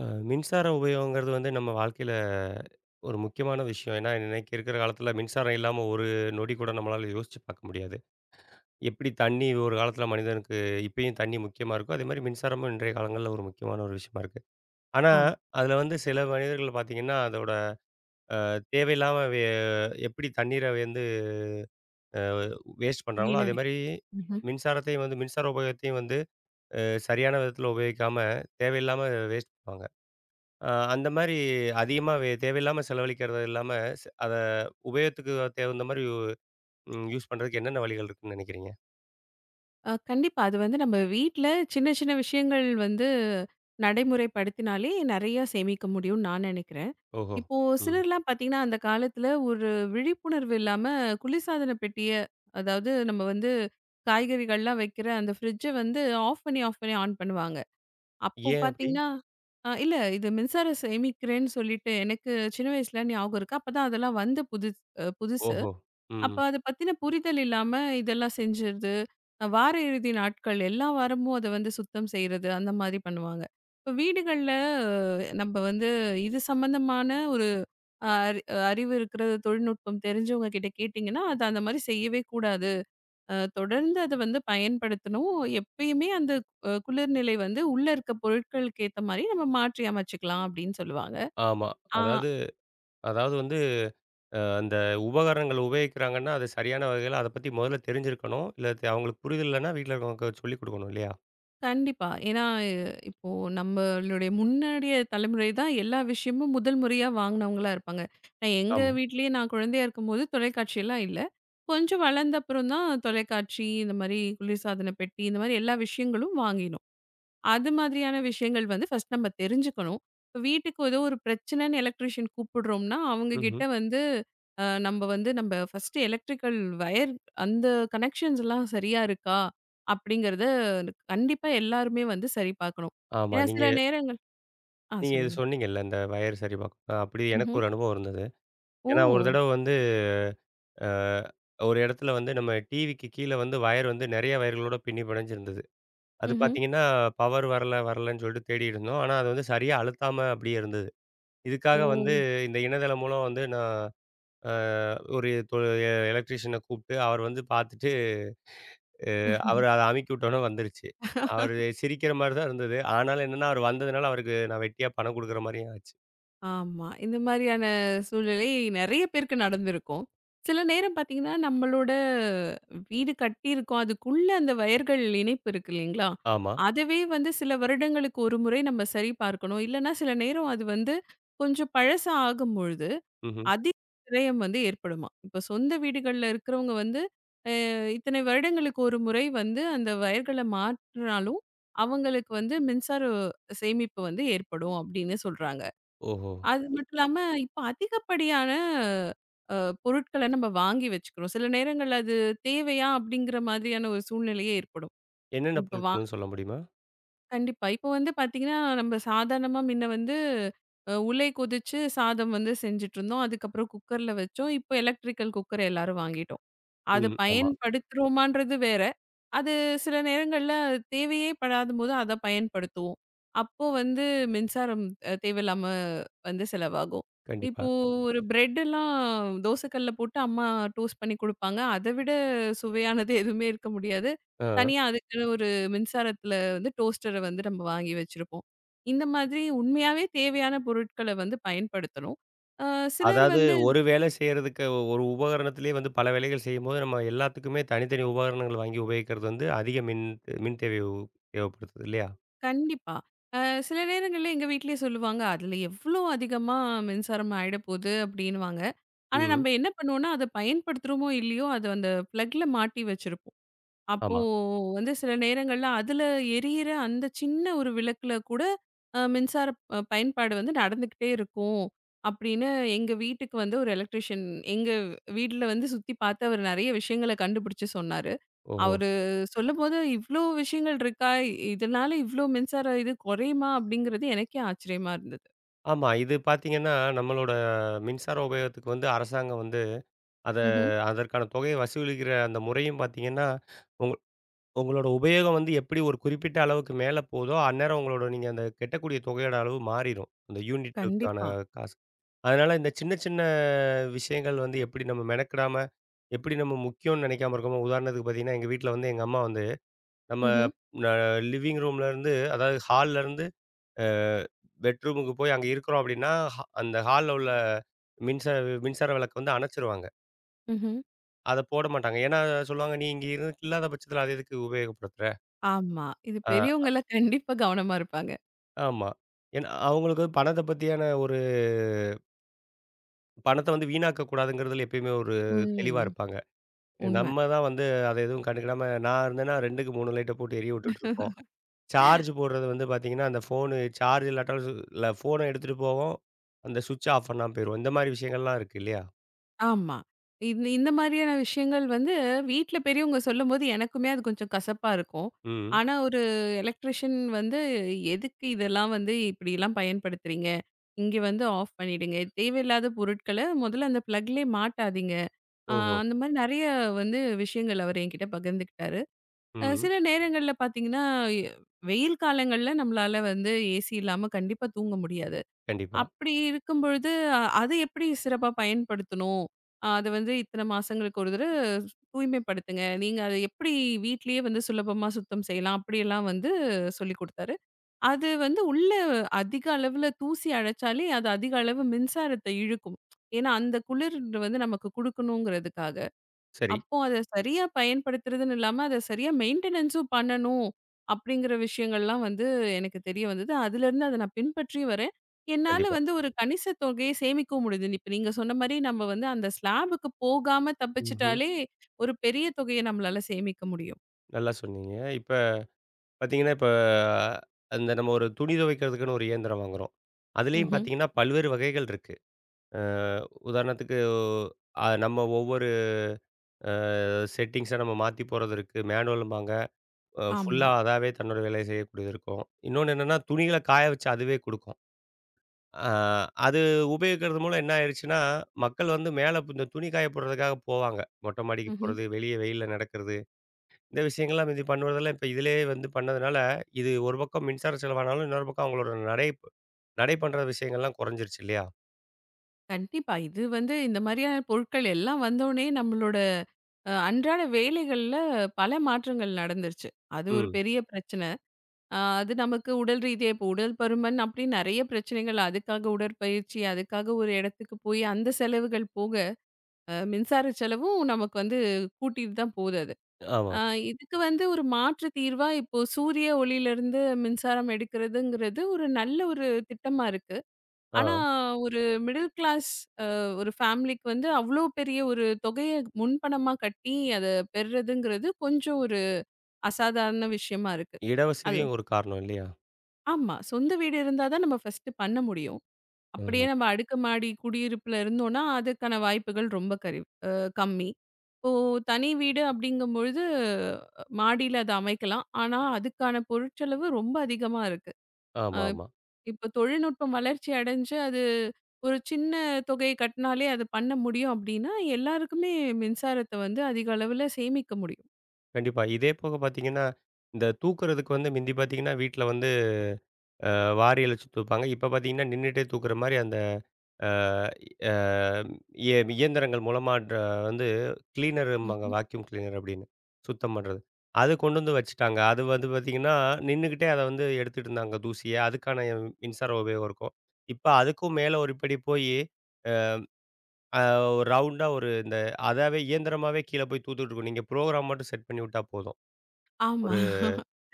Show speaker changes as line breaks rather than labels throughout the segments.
மின்சார உபயோகங்கிறது வந்து நம்ம வாழ்க்கையில் ஒரு முக்கியமான விஷயம். ஏன்னா இன்னைக்கு இருக்கிற காலத்தில் மின்சாரம் இல்லாமல் ஒரு நொடி கூட நம்மளால் யோசிச்சு பார்க்க முடியாது. எப்படி தண்ணி ஒரு காலத்தில் மனிதனுக்கு இப்பயும் தண்ணி முக்கியமாக இருக்கோ, அதே மாதிரி மின்சாரமும் இன்றைய காலங்களில் ஒரு முக்கியமான ஒரு விஷயமா இருக்குது. ஆனால்
ஆமா.
அதில் வந்து சில மனிதர்கள் பார்த்தீங்கன்னா அதோட தேவையில்லாமல் எப்படி தண்ணீரை வந்து வேஸ்ட் பண்ணுறாங்களோ, அதே
வீணடி
மாதிரி
ம்ஹ்ம்.
மின்சாரத்தையும் வந்து மின்சார உபயோகத்தையும் வந்து சரியான விதத்தில் உபயோகிக்காமல் தேவையில்லாமல் வேஸ்ட் பண்ணுவாங்க. அந்த மாரி அதிகமா தேவையில்லாம செலவழிக்கிறது இல்லாம, அத உபயோகத்துக்கு தகுந்த மாரி யூ ம் யூஸ் பண்றதுக்கு என்னென்ன வழிகள் இருக்குன்னு நெனைக்கிறீங்க?
கண்டிப்பா. அது வந்து நம்ம வீட்ல சின்ன சின்ன விஷயங்கள் வந்து நடைமுறைப்படுத்தினாலே நெறைய சேமிக்க முடியும்னு நான் நெனைக்கிறேன்.
ஓஹோ!
இப்போ
ம்.
சிலர்லாம் பார்த்தீங்கன்னா, அந்த காலத்துல ஒரு விழிப்புணர்வு இல்லாம குளிர்சாதன பெட்டிய அதாவது நம்ம வந்து காய்கறிகள்லாம் வைக்கிற அந்த ஃப்ரிட்ஜ வந்து ஆஃப் பண்ணி, ஆஃப் பண்ணி ஆன் பண்ணுவாங்க. அப்போ
ஏன் அப்படி?
பார்த்தீங்கன்னா இல்ல இது மின்சாரம் சேமிக்கிறேன்னு சொல்லிட்டு எனக்கு சின்ன வயசுல ஞாபகம் இருக்கு. அப்பதான் அதெல்லாம் வந்த புதுசு புதுசு.
ஓஹோ! ம்.
அப்ப அத பத்தின புரிதல் இல்லாம இதெல்லாம் செஞ்சுறது. வார இறுதி நாட்கள் எல்லா வாரமும் அத வந்து சுத்தம் செய்றது, அந்த மாதிரி பண்ணுவாங்க. இப்ப வீடுகள்ல நம்ம வந்து இது சம்மந்தமான ஒரு அ அறி அறிவு இருக்கிற தொழில்நுட்பம் தெரிஞ்சவங்க கிட்ட கேட்டீங்கன்னா, அது அந்த மாதிரி செய்யவே கூடாது. தொடர்ந்து அத வந்து பயன்படுத்தணும். எப்பயுமே அந்த குளிர்நிலை வந்து உள்ள இருக்க பொருட்களுக்கு ஏத்த மாரி நம்ம மாற்றி அமைச்சுக்கலாம் அப்படின்னு சொல்லுவாங்க.
ஆமா.
ஆ.
அதாவது. வந்து அந்த உபகரணங்கள் உபயோகிக்கிறாங்கன்னா, அது சரியான வகையில அத பத்தி முதல்ல தெரிஞ்சிருக்கணும். இல்ல அவங்களுக்கு புரிதல் இல்லன்னா, வீட்ல இருக்கவங்களுக்கு சொல்லிக் குடுக்கணும் இல்லையா?
கண்டிப்பா. ஏன்னா, இப்போ நம்மளுடைய முன்னாடிய தலைமுறை தான் எல்லா விஷயமும் முதல் முறையா வாங்குனவங்களா இருப்பாங்க. நான் எங்க
ஆமா.
வீட்லயே நான் குழந்தையா இருக்கும்போது தொலைக்காட்சி எல்லாம் இல்ல. கொஞ்சம் வளர்ந்த அப்புறம் தான் தொலைக்காட்சி, இந்த மாரி குளிர்சாதன பெட்டி, இந்த மாரி எல்லா விஷயங்களும் வாங்கினோம். அது மாதிரியான விஷயங்கள் வந்து ஃபர்ஸ்ட் நம்ம தெரிஞ்சுக்கணும். இப்ப வீட்டுக்கு ஏதோ ஒரு பிரச்சனைன்னு எலக்ட்ரீஷியன் கூப்பிடுறோம்னா, அவங்க
ம்ஹ்ம்.
கிட்ட வந்து நம்ம வந்து நம்ம ஃபர்ஸ்ட் எலக்ட்ரிக்கல் வயர் அந்த கனெக்ஷன்ஸ்லாம் சரியா இருக்கா? அப்படிங்கிறத கண்டிப்பா எல்லாருமே வந்து சரி பார்க்கணும்.
ஆமா.
ஏன்னா
நீங்க
சில நேரங்கள் ஆ
நீங்க இது
சொல்லுங்க.
சொன்னீங்கல்ல, இந்த வயர் சரிபார்க்க. அப்படி எனக்கு
ம்ஹ்ம்.
ஒரு அனுபவம் இருந்தது.
ஓ!
ஏன்னா, ஒரு தடவ வந்து அ ஒரு இடத்துல வந்து நம்ம டிவிக்கு கீழ வந்து வயர் வந்து நெறைய வயர்களோட பின்னி பிணைஞ்சிருந்தது. அது
ம்ஹ்ம்.
பார்த்தீங்கன்னா, பவர் வரல வரலன்னு சொல்லிட்டு தேடிட்டு இருந்தோம். ஆனா, அது வந்து சரியா அழுத்தாம அப்படியே இருந்தது.
ஓ!
இதுக்காக வந்து இந்த இணையதளம் மூலம் வந்து நான் அ ஒரு தொ எ எலக்ட்ரீஷியன கூப்பிட்டு அவர் வந்து பார்த்துட்டு, அ அவர் அத அமுக்கி விட்டோனே வந்துருச்சு. அவரு சிரிக்கிற மாரி தான் இருந்தது. ஆனாலும் என்னன்னா, அவரு வந்ததுனால அவருக்கு நான் வெட்டியா பணம் குடுக்குற மாரியும் ஆச்சு.
ஆமா. இந்த மாதிரியான சூழ்நிலை நெறைய பேருக்கு நடந்திருக்கும். சில நேரம் பார்த்தீங்கன்னா, நம்மளோட வீடு கட்டியிருக்கோம். அதுக்குள்ள அந்த வயர்கள் இணைப்பு இருக்கு இல்லைங்களா?
ஆமா.
அதுவே வந்து சில வருடங்களுக்கு ஒரு முறை நம்ம சரி பார்க்கணும். இல்லன்னா சில நேரம் அது வந்து கொஞ்சம் பழசா ஆகும்பொழுது,
ம்ஹ்ம்.
அதிக விரயம் வந்து ஏற்படுமாம். இப்ப சொந்த வீடுகள்ல இருக்கிறவங்க வந்து, அ இத்தனை வருடங்களுக்கு ஒரு முறை வந்து அந்த வயர்கள மாற்றினாலும், அவங்களுக்கு வந்து மின்சார சேமிப்பு வந்து ஏற்படும் அப்படின்னு சொல்றாங்க.
ஓஹோ!
அது
எ
மட்டும் இல்லாம, இப்ப அதிகப்படியான அ பொருட்கள நம்ம வாங்கி வச்சுக்கிறோம். சில நேரங்கள்ல அது தேவையா? அப்படிங்கிற மாதிரியான ஒரு சூழ்நிலையே ஏற்படும்.
என்னென்ன
இப்ப வா
பொருட்கள்னு சொல்ல முடியுமா?
கண்டிப்பா. இப்ப வந்து பாத்தீங்கன்னா, நம்ம சாதாரணமா முன்ன வந்து உலை கொதிச்சு சாதம் வந்து செஞ்சுட்டுருந்தோம். அதுக்கப்புறம் குக்கர்ல வச்சோம். இப்போ எலக்ட்ரிக்கல் குக்கர் எல்லாரும் வாங்கிட்டோம். அது
ம். ஆமா.
பயன்படுத்துறோமான்றது வேற. அது சில நேரங்கள்ல அது தேவையே படாதபோது அத பயன்படுத்துவோம். அப்போ வந்து மின்சாரம் தேவையில்லாம வந்து செலவாகும்.
கண்டிப்பா.
இப்போ ஒரு பிரெட்டெல்லாம் தோசைக்கல்ல போட்டு அம்மா டோஸ்ட் பண்ணி குடுப்பாங்க. அத விட சுவையானது எதுவுமே இருக்க முடியாது.
ஆ.
தனியா அதுக்குன்னு ஒரு மின்சாரத்துல வந்து டோஸ்டர வந்து நம்ம வாங்கி வச்சிருப்போம். இந்த மாதிரி உண்மையாவே தேவையான பொருட்கள வந்து பயன்படுத்தணும். அ சிலர்
அதாவது
வந்து
ஒரு வேலை செய்யறதுக்கு ஒரு உபகரணத்திலேயே வந்து பல வேலைகள் செய்யும்போது நம்ம எல்லாத்துக்குமே தனித்தனி உபகரணங்கள் வாங்கி உபயோகிக்கிறது வந்து அதிக மின் மின் தேவை தேவைப்படுத்துது இல்லையா?
கண்டிப்பா. அ சில நேரங்கள்ல எங்க வீட்லயே சொல்லுவாங்க, "அதுல எவ்ளோ அதிகமா மின்சாரம் ஆயிடப்போது" அப்படின்னுவாங்க. ஆனா,
ம்.
நம்ம என்ன பண்ணுவோம்னா, அத பயன்படுத்துறோமோ, இல்லையோ, அது அந்த ப்ளக்ல மாட்டி வச்சிருப்போம். அப்போ
ஆமா.
வந்து சில நேரங்கள்ல அதுல எரியிற அந்த சின்ன ஒரு விளக்குல கூட மின்சார பயன்பாடு வந்து நடந்துகிட்டே இருக்கும் அப்படின்னு எங்க வீட்டுக்கு வந்து ஒரு எலக்ட்ரிஷியன் எங்க வீட்ல வந்து சுத்தி பார்த்து அவர் நிறைய விஷயங்களை கண்டுபிடிச்சு சொன்னாரு
ஓஹோ!
அவரு சொல்லும்போது இவ்ளோ விஷயங்கள் இருக்கா இதனால இவ்ளோ மின்சார இது குறையுமா அப்படிங்கிறது எனக்கே ஆச்சரியமா இருந்தது
ஆமா. இது பார்த்தீங்கன்னா, நம்மளோட மின்சார உபயோகத்துக்கு வந்து அரசாங்கம் வந்து அத
ம்ஹும்.
அதற்கான தொகையை வசூலிக்கிற அந்த முறையும் பார்த்தீங்கன்னா, உங்க உங்களோட உபயோகம் வந்து எப்படி ஒரு குறிப்பிட்ட அளவுக்கு மேல போதோ, அந்நேரம் உங்களோட நீங்க அந்த கெட்டக்கூடிய தொகையோட அளவு மாறிரும். அந்த யூனிட்டுக்கான
கண்டிப்பா
காசு. அதனால இந்த சின்ன, சின்ன விஷயங்கள் வந்து எப்படி நம்ம மெனக்கிடாம, எப்படி நம்ம முக்கியம்னு நெனைக்காம இருக்கோமோ, உதாரணத்துக்கு பார்த்தீங்கன்னா, எங்க வீட்ல வந்து எங்க அம்மா வந்து நம்ம
ம்ஹும்.
ந லிவிங் ரூம்லேருந்து அதாவது ஹால்லேருந்து அ பெட்ரூமுக்கு போய் அங்க இருக்கிறோம் அப்படின்னா, அந்த ஹால்ல உள்ள மின்சார மின்சார விளக்க வந்து அணைச்சுருவாங்க.
ம்ஹும்.
அத போட மாட்டாங்க. ஏன்னா சொல்லுவாங்க, "நீ இங்க இரு இல்லாத பட்சத்தில அத எதுக்கு உபயோகப்படுத்துற?"
ஆமா இது
ஆ.
பெரியவங்க எல்லாம் கண்டிப்பா கவனமா இருப்பாங்க
ஆமா. ஏன்னா அவங்களுக்கு பணத்த பத்தியான ஒரு பணத்த வந்து வீணாக்க கூடாதுங்கிறதுல எப்பயுமே ஒரு
ம்
தெளிவா இருப்பாங்க.
உண்மை
நம்ம தான் வந்து அத எதுவும் கண்டுக்கிடாம நான் இருந்தேன்னா 2க்கு 3 லைட்ட போட்டு எரிய விட்டுட்டுருப்போம். சார்ஜ் போடுறது வந்து பார்த்தீங்கன்னா, அந்த ஃபோனு சார்ஜ் இல்லாட்டாலும் இல்ல ஃபோன எடுத்துட்டு போவோம். அந்த ஸ்விட்ச் ஆஃப் பண்ணாம போயிருவோம். இந்த மாரி விஷயங்கள்லாம் இருக்கு இல்லையா?
ஆமா. இந்த இந்த மாதிரியான விஷயங்கள் வந்து வீட்ல பெரியவங்க சொல்லும்போது எனக்குமே அது கொஞ்சம் கசப்பா இருக்கும்.
ம்.
ஆனா ஒரு எலக்ட்ரிஷியன் வந்து எதுக்கு இதெல்லாம் வந்து இப்படிலாம் பயன்படுத்துறீங்க? இங்க வந்து ஆஃப் பண்ணிடுங்க. தேவையில்லாத பொருட்கள முதல்ல அந்த பிளக்லயே மாட்டாதீங்க. அ
ஓஹோ!
அந்த மாரி நெறைய வந்து விஷயங்கள் அவர் என்கிட்ட பகிர்ந்துக்கிட்டாரு.
ம்.
சில நேரங்கள்ல பார்த்தீங்கன்னா, வெயில் காலங்கள்ல நம்மளால வந்து ஏசி இல்லாம கண்டிப்பா தூங்க முடியாது.
கண்டிப்பா.
அப்படி இருக்கும் பொழுது, அது எப்படி சிறப்பா பயன்படுத்தணும்? அது வந்து இத்தன மாசங்களுக்கு ஒரு தடவ தூய்மைப்படுத்துங்க. நீங்க அத எப்படி வீட்லயே வந்து சுலபமா சுத்தம் செய்யலாம்? அப்படியெல்லாம் வந்து சொல்லிக் குடுத்தாரு. அது வந்து உள்ள அதிக அளவுல தூசி அடைச்சாலே, அது அதிக அளவு மின்சாரத்த இழுக்கும். ஏன்னா, அந்த குளிர் வந்து நமக்கு குடுக்கணுங்கிறதுக்காக.
சரி.
அப்போ அத சரியா பயன்படுத்துறதுன்னு இல்லாம, அத சரியா மெயின்டனன்ஸும் பண்ணணும். அப்படிங்கிற விஷயங்கள்லாம் வந்து எனக்கு தெரிய வந்தது. அதுலருந்து அத நான் பின்பற்றி வரேன். என்னால
கண்டிப்பா.
வந்து ஒரு கணிச தொகையை சேமிக்கவும் முடியுது. இப்ப நீங்க சொன்ன மாரி நம்ம வந்து அந்த ஸ்லாபுக்கு போகாம
ம்ஹ்ம்.
தப்பிச்சுட்டாலே, ஒரு பெரிய தொகையை நம்மளால சேமிக்க முடியும்.
நல்லா சொன்னீங்க. இப்ப பார்த்தீங்கன்னா, இப்ப அந்த நம்ம ஒரு துணி துவைக்கிறதுக்குன்னு ஒரு இயந்திரம் வாங்குறோம். அதுலயும்
ம்ஹ்ம்.
பார்த்தீங்கன்னா, பல்வேறு வகைகள் இருக்கு. அ உதாரணத்துக்கு நம்ம ஒவ்வொரு அ செட்டிங்ஸ நம்ம மாத்தி போறது இருக்கு. மேனுவல்ம்பாங்க. ஃபுல்லா
ஆமா.
அதாவே தன்னோட வேலைய செய்யக்கூடியது இருக்கும். இன்னொன்னு என்னன்னா, துணிகள காய வச்சு அதுவே குடுக்கும். அ அது உபயோகிக்கிறது மூலம் என்ன ஆயிருச்சுன்னா, மக்கள் வந்து மேல இந்த துணி காய போடுறதுக்காக போவாங்க. மொட்டை மாடிக்கு
ம்ஹ்ம்.
போறது, வெளிய வெயில்ல நடக்கிறது. இந்த விஷயங்கள்லாம் முந்தி பண்ணுவதெல்லாம் இப்ப இதிலேயே வந்து பண்ணதுனால, இது ஒரு பக்கம் மின்சார செலவானாலும், இன்னொரு பக்கம் அவங்களோட நடை நடை பண்ற விஷயங்கள்லாம் குறைஞ்சிருச்சு இல்லையா?
கண்டிப்பா. இது வந்து இந்த மாரியான பொருட்கள் எல்லாம் வந்தோனே நம்மளோட அன்றாட வேலைகள்ல பல மாற்றங்கள் நடந்துருச்சு. அது ஒரு
ம்.
பெரிய பிரச்சனை. ஆ, அது நமக்கு உடல் ரீதியா இப்போ உடல் பருமன் அப்படி நெறைய பிரச்சனைகள். அதுக்காக உடற்பயிற்சி, அதுக்காக ஒரு இடத்துக்கு போய் அந்த செலவுகள் போக, மின்சார செலவும் நமக்கு வந்து கூட்டிட்டு தான் போகுது அது.
ஆமா.
அ இதுக்கு வந்து ஒரு மாற்று தீர்வா இப்போ சூரிய ஒளியிலிருந்து மின்சாரம் எடுக்கிறதுங்கிறது ஒரு நல்ல ஒரு திட்டமா இருக்கு.
ஆ.
ஆனா ஒரு மிடில் கிளாஸ் அ ஒரு ஃபேமிலிக்கு வந்து அவ்ளோ பெரிய ஒரு தொகைய முன்பணமா கட்டி அத பெறுறதுங்கிறது கொஞ்சம் ஒரு அசாதாரண விஷயமா இருக்கு. அது
இடவசதியும் ஒரு காரணம் இல்லையா?
ஆமா. சொந்த வீடு இருந்தா தான் நம்ம ஃபர்ஸ்ட்டு பண்ண முடியும். அப்படியே
ஆமா.
நம்ம அடுக்குமாடி குடியிருப்புல இருந்தோம்னா, அதுக்கான வாய்ப்புகள் ரொம்ப கரி அ கம்மி. இப்போ தனி வீடு அப்படிங்கும்பொழுது, மாடியில அத அமைக்கலாம். ஆனா, அதுக்கான பொருட்செலவு ரொம்ப அதிகமா இருக்கு. அ
ஆமா, ஆமா.
இப்ப தொழில்நுட்பம் வளர்ச்சி அடைஞ்சு, அது ஒரு சின்ன தொகையை கட்டினாலே அது பண்ண முடியும் அப்படின்னா, எல்லாருக்குமே மின்சாரத்த வந்து அதிக அளவுல சேமிக்க முடியும்.
கண்டிப்பா. இதே போக பார்த்தீங்கன்னா, இந்த தூக்குறதுக்கு வந்து முந்தி பார்த்தீங்கன்னா, வீட்ல வந்து வாரி இழச்சு தூப்பாங்க. இப்ப பார்த்தீங்கன்னா, நின்னுட்டே தூக்குற மாரி அந்த அ அ இய இயந்திரங்கள் மூலமா வந்து கிளீனரும்பாங்க.
ம்ஹ்ம்.
வாக்யூம் கிளீனர் அப்படின்னு. சுத்தம் பண்றது. அது கொண்டு வந்து வச்சுட்டாங்க. அது வந்து பார்த்தீங்கன்னா, நின்னுகிட்டே அத வந்து எடுத்துட்டு இருந்தாங்க தூசிய. அதுக்கான மின்சார உபயோகம் இருக்கும். இப்ப அதுக்கும் மேல ஒரு படி போயி, அ ரவுண்டா ஒரு இந்த அதாவே இயந்திரமாவே கீழ போய் தூத்துட்டு இருக்கும். நீங்க ப்ரோகிராம் மட்டும் செட் பண்ணி விட்டா போதும். ஒரு
ஆமா.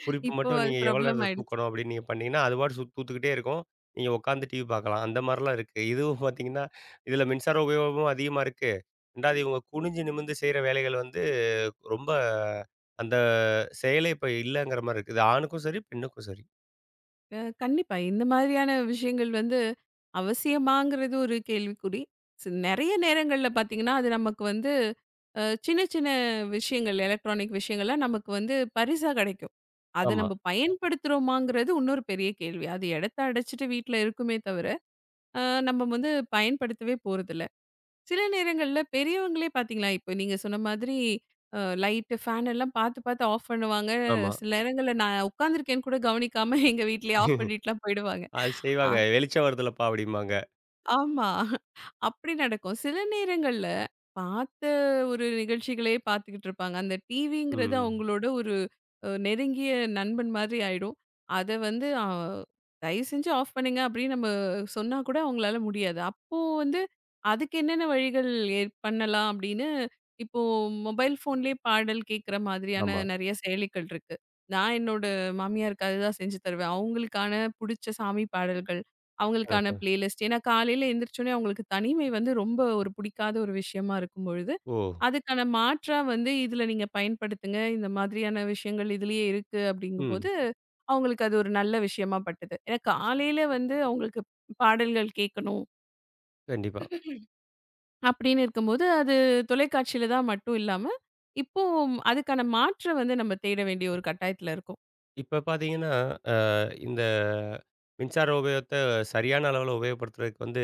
குறிப்பு
இப்போ
மட்டும்
அது
நீங்க எவ்வளோ நேரத்த
பிரபலமாயிடுச்சு.
தூக்கணும் அப்படின்னு நீங்க பண்ணீங்கன்னா, அது பாட்டு சுத் தூத்துக்கிட்டே இருக்கும். நீங்க உட்காந்து டிவி பார்க்கலாம். அந்த மாரிலாம் இருக்கு. இதுவும் பார்த்தீங்கன்னா, இதில மின்சார உபயோகமும் அதிகமா இருக்கு. 2வது இவங்க குனிஞ்சு நிமிர்ந்து செய்ற வேலைகள் வந்து ரொம்ப அந்த செயலே இப்ப இல்லங்கிற மாரி இருக்குது. ஆணுக்கும் சரி, பெண்ணுக்கும் சரி.
கண்டிப்பா. இந்த மாதிரியான விஷயங்கள் வந்து அவசியமாங்கிறது ஒரு கேள்விக்குறி. நெறைய நேரங்கள்ல பார்த்தீங்கன்னா, அது நமக்கு வந்து சின்ன சின்ன விஷயங்கள் எலக்ட்ரானிக் விஷயங்கள்லாம் நமக்கு வந்து பரிசா கிடைக்கும். அத
ஆமா,
நம்ம பயன்படுத்துறோமாங்கிறது இன்னொரு பெரிய கேள்வி. அது இடத்த அடைச்சிட்டு வீட்ல இருக்குமே தவிர, அ நம்ம வந்து பயன்படுத்தவே போறதில்ல. சில நேரங்கள்ல பெரியவங்களே பார்த்தீங்களா, இப்ப நீங்க சொன்ன மாதிரி லைட்டு, ஃபேன் எல்லாம் பார்த்து பார்த்து ஆஃப் பண்ணுவாங்க.
ஆமா.
சில நேரங்கள்ல நான் உட்காந்துருக்கேன்னு கூட கவனிக்காம எங்க வீட்லயே ஆஃப் பண்ணிட்டுலாம் போயிடுவாங்க.
அது செய்வாங்க. "வெளிச்சம் வருதுலப்பா" அப்படிம்பாங்க.
ஆமா. அப்படி நடக்கும். சில நேரங்கள்ல பார்த்த ஒரு நிகழ்ச்சிகளே பார்த்துக்கிட்டு இருப்பாங்க. அந்த டிவிங்கிறது
ம்.
அவங்களோட ஒரு நெருங்கிய நண்பன் மாதிரி ஆயிடும். அத வந்து "தயவு செஞ்சு ஆஃப் பண்ணுங்க" அப்படின்னு நம்ம சொன்னா கூட அவங்களால முடியாது. அப்போ வந்து அதுக்கு என்னென்ன வழிகள் பண்ணலாம் அப்படின்னு, இப்போ மொபைல் ஃபோன்லயே பாடல் கேட்கிற மாதிரியான
ஆமா.
நெறைய செயலிகள் இருக்கு. நான் என்னோட மாமியாருக்கு அதுதான் செஞ்சு தருவேன். அவங்களுக்கான புடிச்ச சாமி பாடல்கள். அவங்களுக்கான
அஹ.
பிளேலிஸ்ட். ஏன்னா காலையில எந்திரிச்சோனே அவங்களுக்கு தனிமை வந்து ரொம்ப ஒரு பிடிக்காத ஒரு விஷயமா இருக்கும் பொழுது,
ஓ!
அதுக்கான மாற்றா வந்து "இதுல நீங்க பயன்படுத்துங்க. இந்த மாதிரியான விஷயங்கள் இதுலயே இருக்கு"
ம்.
அப்படிங்கும்போது, அவங்களுக்கு அது ஒரு நல்ல விஷயமா பட்டது. ஏன்னா காலையில வந்து அவங்களுக்கு பாடல்கள் கேட்கணும்
கண்டிப்பா.
அப்படின்னு இருக்கும்போது, அது தொலைக்காட்சியில தான் மட்டும் இல்லாம, இப்போ அதுக்கான மாற்ற வந்து நம்ம தேட வேண்டிய ஒரு கட்டாயத்துல இருக்கோம்.
இப்ப பார்த்தீங்கன்னா, அ இந்த மின்சார உபயோகத்த சரியான அளவுல உபயோகப்படுத்துறதுக்கு வந்து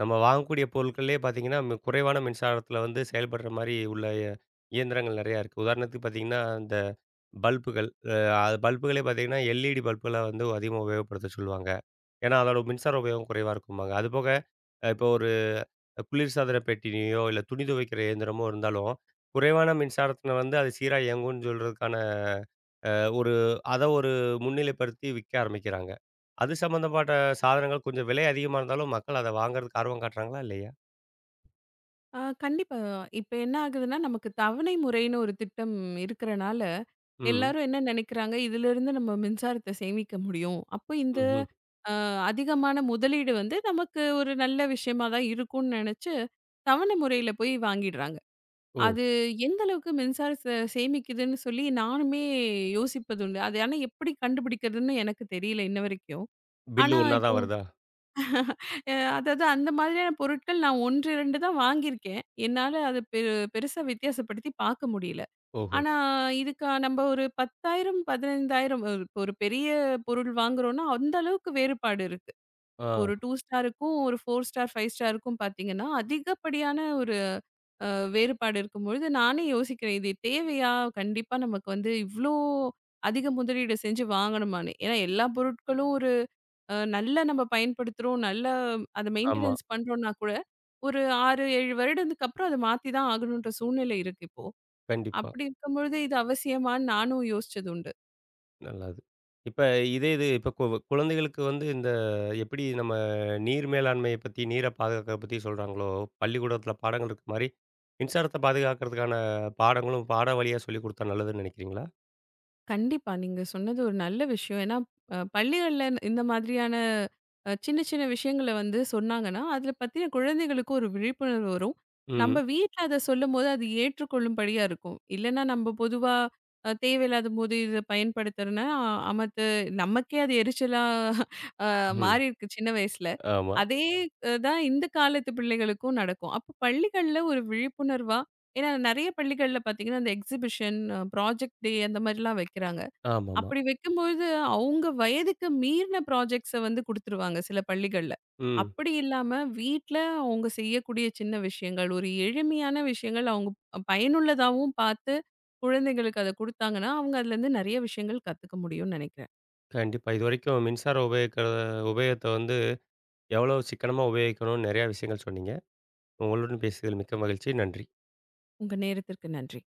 நம்ம வாங்கக்கூடிய பொருட்கள்லேயே பார்த்தீங்கன்னா, குறைவான மின்சாரத்தில வந்து செயல்படுற மாரி உள்ள இயந்திரங்கள் நெறையா இருக்கு. உதாரணத்துக்கு பார்த்தீங்கன்னா, இந்த பல்புகள் அது பல்புகளே பார்த்தீங்கன்னா, எல்இடி பல்புகள வந்து அதிகமா உபயோகப்படுத்த சொல்லுவாங்க. ஏன்னா, அதோட மின்சார உபயோகம் குறைவா இருக்கும்பாங்க. அதுபோக இப்போ ஒரு குளிர்சாதன பெட்டியோ, இல்ல துணி துவைக்கிற இயந்திரமோ இருந்தாலும், குறைவான மின்சாரத்தில வந்து அது சீரா இயங்கும்னு சொல்றதுக்கான ஒரு ஒரு முன்னிலைப்படுத்தி விக்க ஆரம்பிக்கிறாங்க. அது சம்மந்தப்பட்ட சாதனங்கள் கொஞ்சம் விலை அதிகமா இருந்தாலும், மக்கள் அத வாங்குறதுக்கு ஆர்வம் காட்டுறாங்களா? இல்லையா?
ஆ கண்டிப்பா. இப்ப என்ன ஆகுதுன்னா, நமக்கு தவணை முறைன்னு ஒரு திட்டம் இருக்கறனால,
ம்.
எல்லாரும் என்ன நெனைக்கிறாங்க, இதிலிருந்து நம்ம மின்சாரத்த சேமிக்க முடியும். அப்போ இந்த
ம்ஹ்ம்.
அ அதிகமான முதலீடு வந்து நமக்கு ஒரு நல்ல விஷயமா தான் இருக்கும்னு நெனச்சு, தவணை முறையில போய் வாங்கிடுறாங்க.
ஓ!
அது எந்த அளவுக்கு மின்சாரத்த சேமிக்குதுன்னு சொல்லி நானுமே யோசிப்பதுண்டு. அது ஆனா எப்படி கண்டுபிடிக்கிறதுன்னு எனக்கு தெரியல இன்ன வரைக்கும்.
பில்லு
ஆனா,
ஒண்ணா
இப்போ
தான் வருதா?
அதாவது அந்த மாதிரியான பொருட்கள் நான் 1, 2 தான் வாங்கியிருக்கேன். என்னால அத பெருசா வித்தியாசப்படுத்தி பார்க்க முடியல.
ஓஹோ!
ஆனா, இதுக்கா நம்ம ஒரு 10,000, 15,000 ஒரு இப்ப ஒரு பெரிய பொருள் வாங்குறோம்னா, அந்த அளவுக்கு வேறுபாடு இருக்கு.
ஆ,
ஒரு 2 ஸ்டாருக்கும், ஒரு 4 ஸ்டார், 5 ஸ்டாருக்கும் பார்த்தீங்கன்னா, அதிகப்படியான ஒரு வேறுபாடு இருக்கும்பொழுது, நானே யோசிக்கிறேன். இது தேவையா? கண்டிப்பா நமக்கு வந்து இவ்ளோ அதிக முதலீடு செஞ்சு வாங்கணுமான்னு. ஏன்னா, எல்லா பொருட்களும் ஒரு நல்லா நம்ம பயன்படுத்துறோம். நல்லா அத
ஆமா.
மெயின்டனன்ஸ் பண்றோம்னா கூட ஒரு 6, 7 வருடத்துக்கு அப்புறம் அத மாத்தி தான் ஆகணுன்ற சூழ்நிலை இருக்கு இப்போ.
கண்டிப்பா.
அப்படி இருக்கும்பொழுது இது அவசியமான்னு நானும் யோசிச்சது உண்டு.
நல்லது. இப்ப இதே இது இப்ப கு குழந்தைகளுக்கு வந்து இந்த எப்படி நம்ம நீர் மேலாண்மைய பத்தி, நீர பாதுகாக்கிறத பத்தி சொல்றாங்களோ, பள்ளிக்கூடத்தில பாடங்கள் இருக்க மாரி, மின்சாரத்த பாதுகாக்கிறதுக்கான பாடங்களும் பாடம் வழியா சொல்லிக் குடுத்தா நல்லதுன்னு நெனைக்கிறீங்களா?
கண்டிப்பா நீங்க சொன்னது ஒரு நல்ல விஷயம். ஏன்னா பள்ளிகள்ல இந்த மாதிரியான சின்ன சின்ன விஷயங்கள வந்து சொன்னாங்கன்னா, அதுல பத்தின குழந்தைகளுக்கு ஒரு விழிப்புணர்வு வரும். நம்ம
ம்.
வீட்ல அத சொல்லும்போது அது ஏற்றுக்கொள்ளும்படியா இருக்கும். இல்லன்னா நம்ம பொதுவா தேவையில்லாத போது இத பயன்படுத்துறனா, அமத்து நமக்கே அது எரிச்சலா
ம்.
மாறியிருக்கு சின்ன வயசுல.
ஆமா.
அதே தான் இந்த காலத்து பிள்ளைகளுக்கும் நடக்கும். அப்போ பள்ளிகள்ல ஒரு விழிப்புணர்வா ஏன்னா நெறைய பள்ளிகள்ல பார்த்தீங்கன்னா, அந்த எக்ஸிபிஷன், ப்ராஜெக்ட் டே அந்த மாதிரிலாம் வைக்கிறாங்க.
ஆமாமா.
அப்படி வைக்கும்போது அவங்க வயதுக்கு மீறின ப்ராஜெக்ட்ஸ வந்து குடுத்துருவாங்க சில பள்ளிகள்ல.
ம்.
அப்படி இல்லாம வீட்ல அவங்க செய்யக்கூடிய சின்ன விஷயங்கள், ஒரு எளிமையான விஷயங்கள் அவங்க பயனுள்ளதாவும் பார்த்து குழந்தைகளுக்கு அத குடுத்தாங்கன்னா, அவங்க அதுலேருந்து நெறைய விஷயங்கள் கத்துக்க முடியும்னு நெனைக்கிறேன்.
கண்டிப்பா. இதுவரைக்கும் மின்சார உபயோகத்த வந்து எவ்வளோ சிக்கனமா உபயோகிக்கணும்னு நெறையா விஷயங்கள் சொன்னீங்க. உங்களுடன் பேசியதில் மிக்க மகிழ்ச்சி. நன்றி.
உங்க நேரத்திற்கு நன்றி.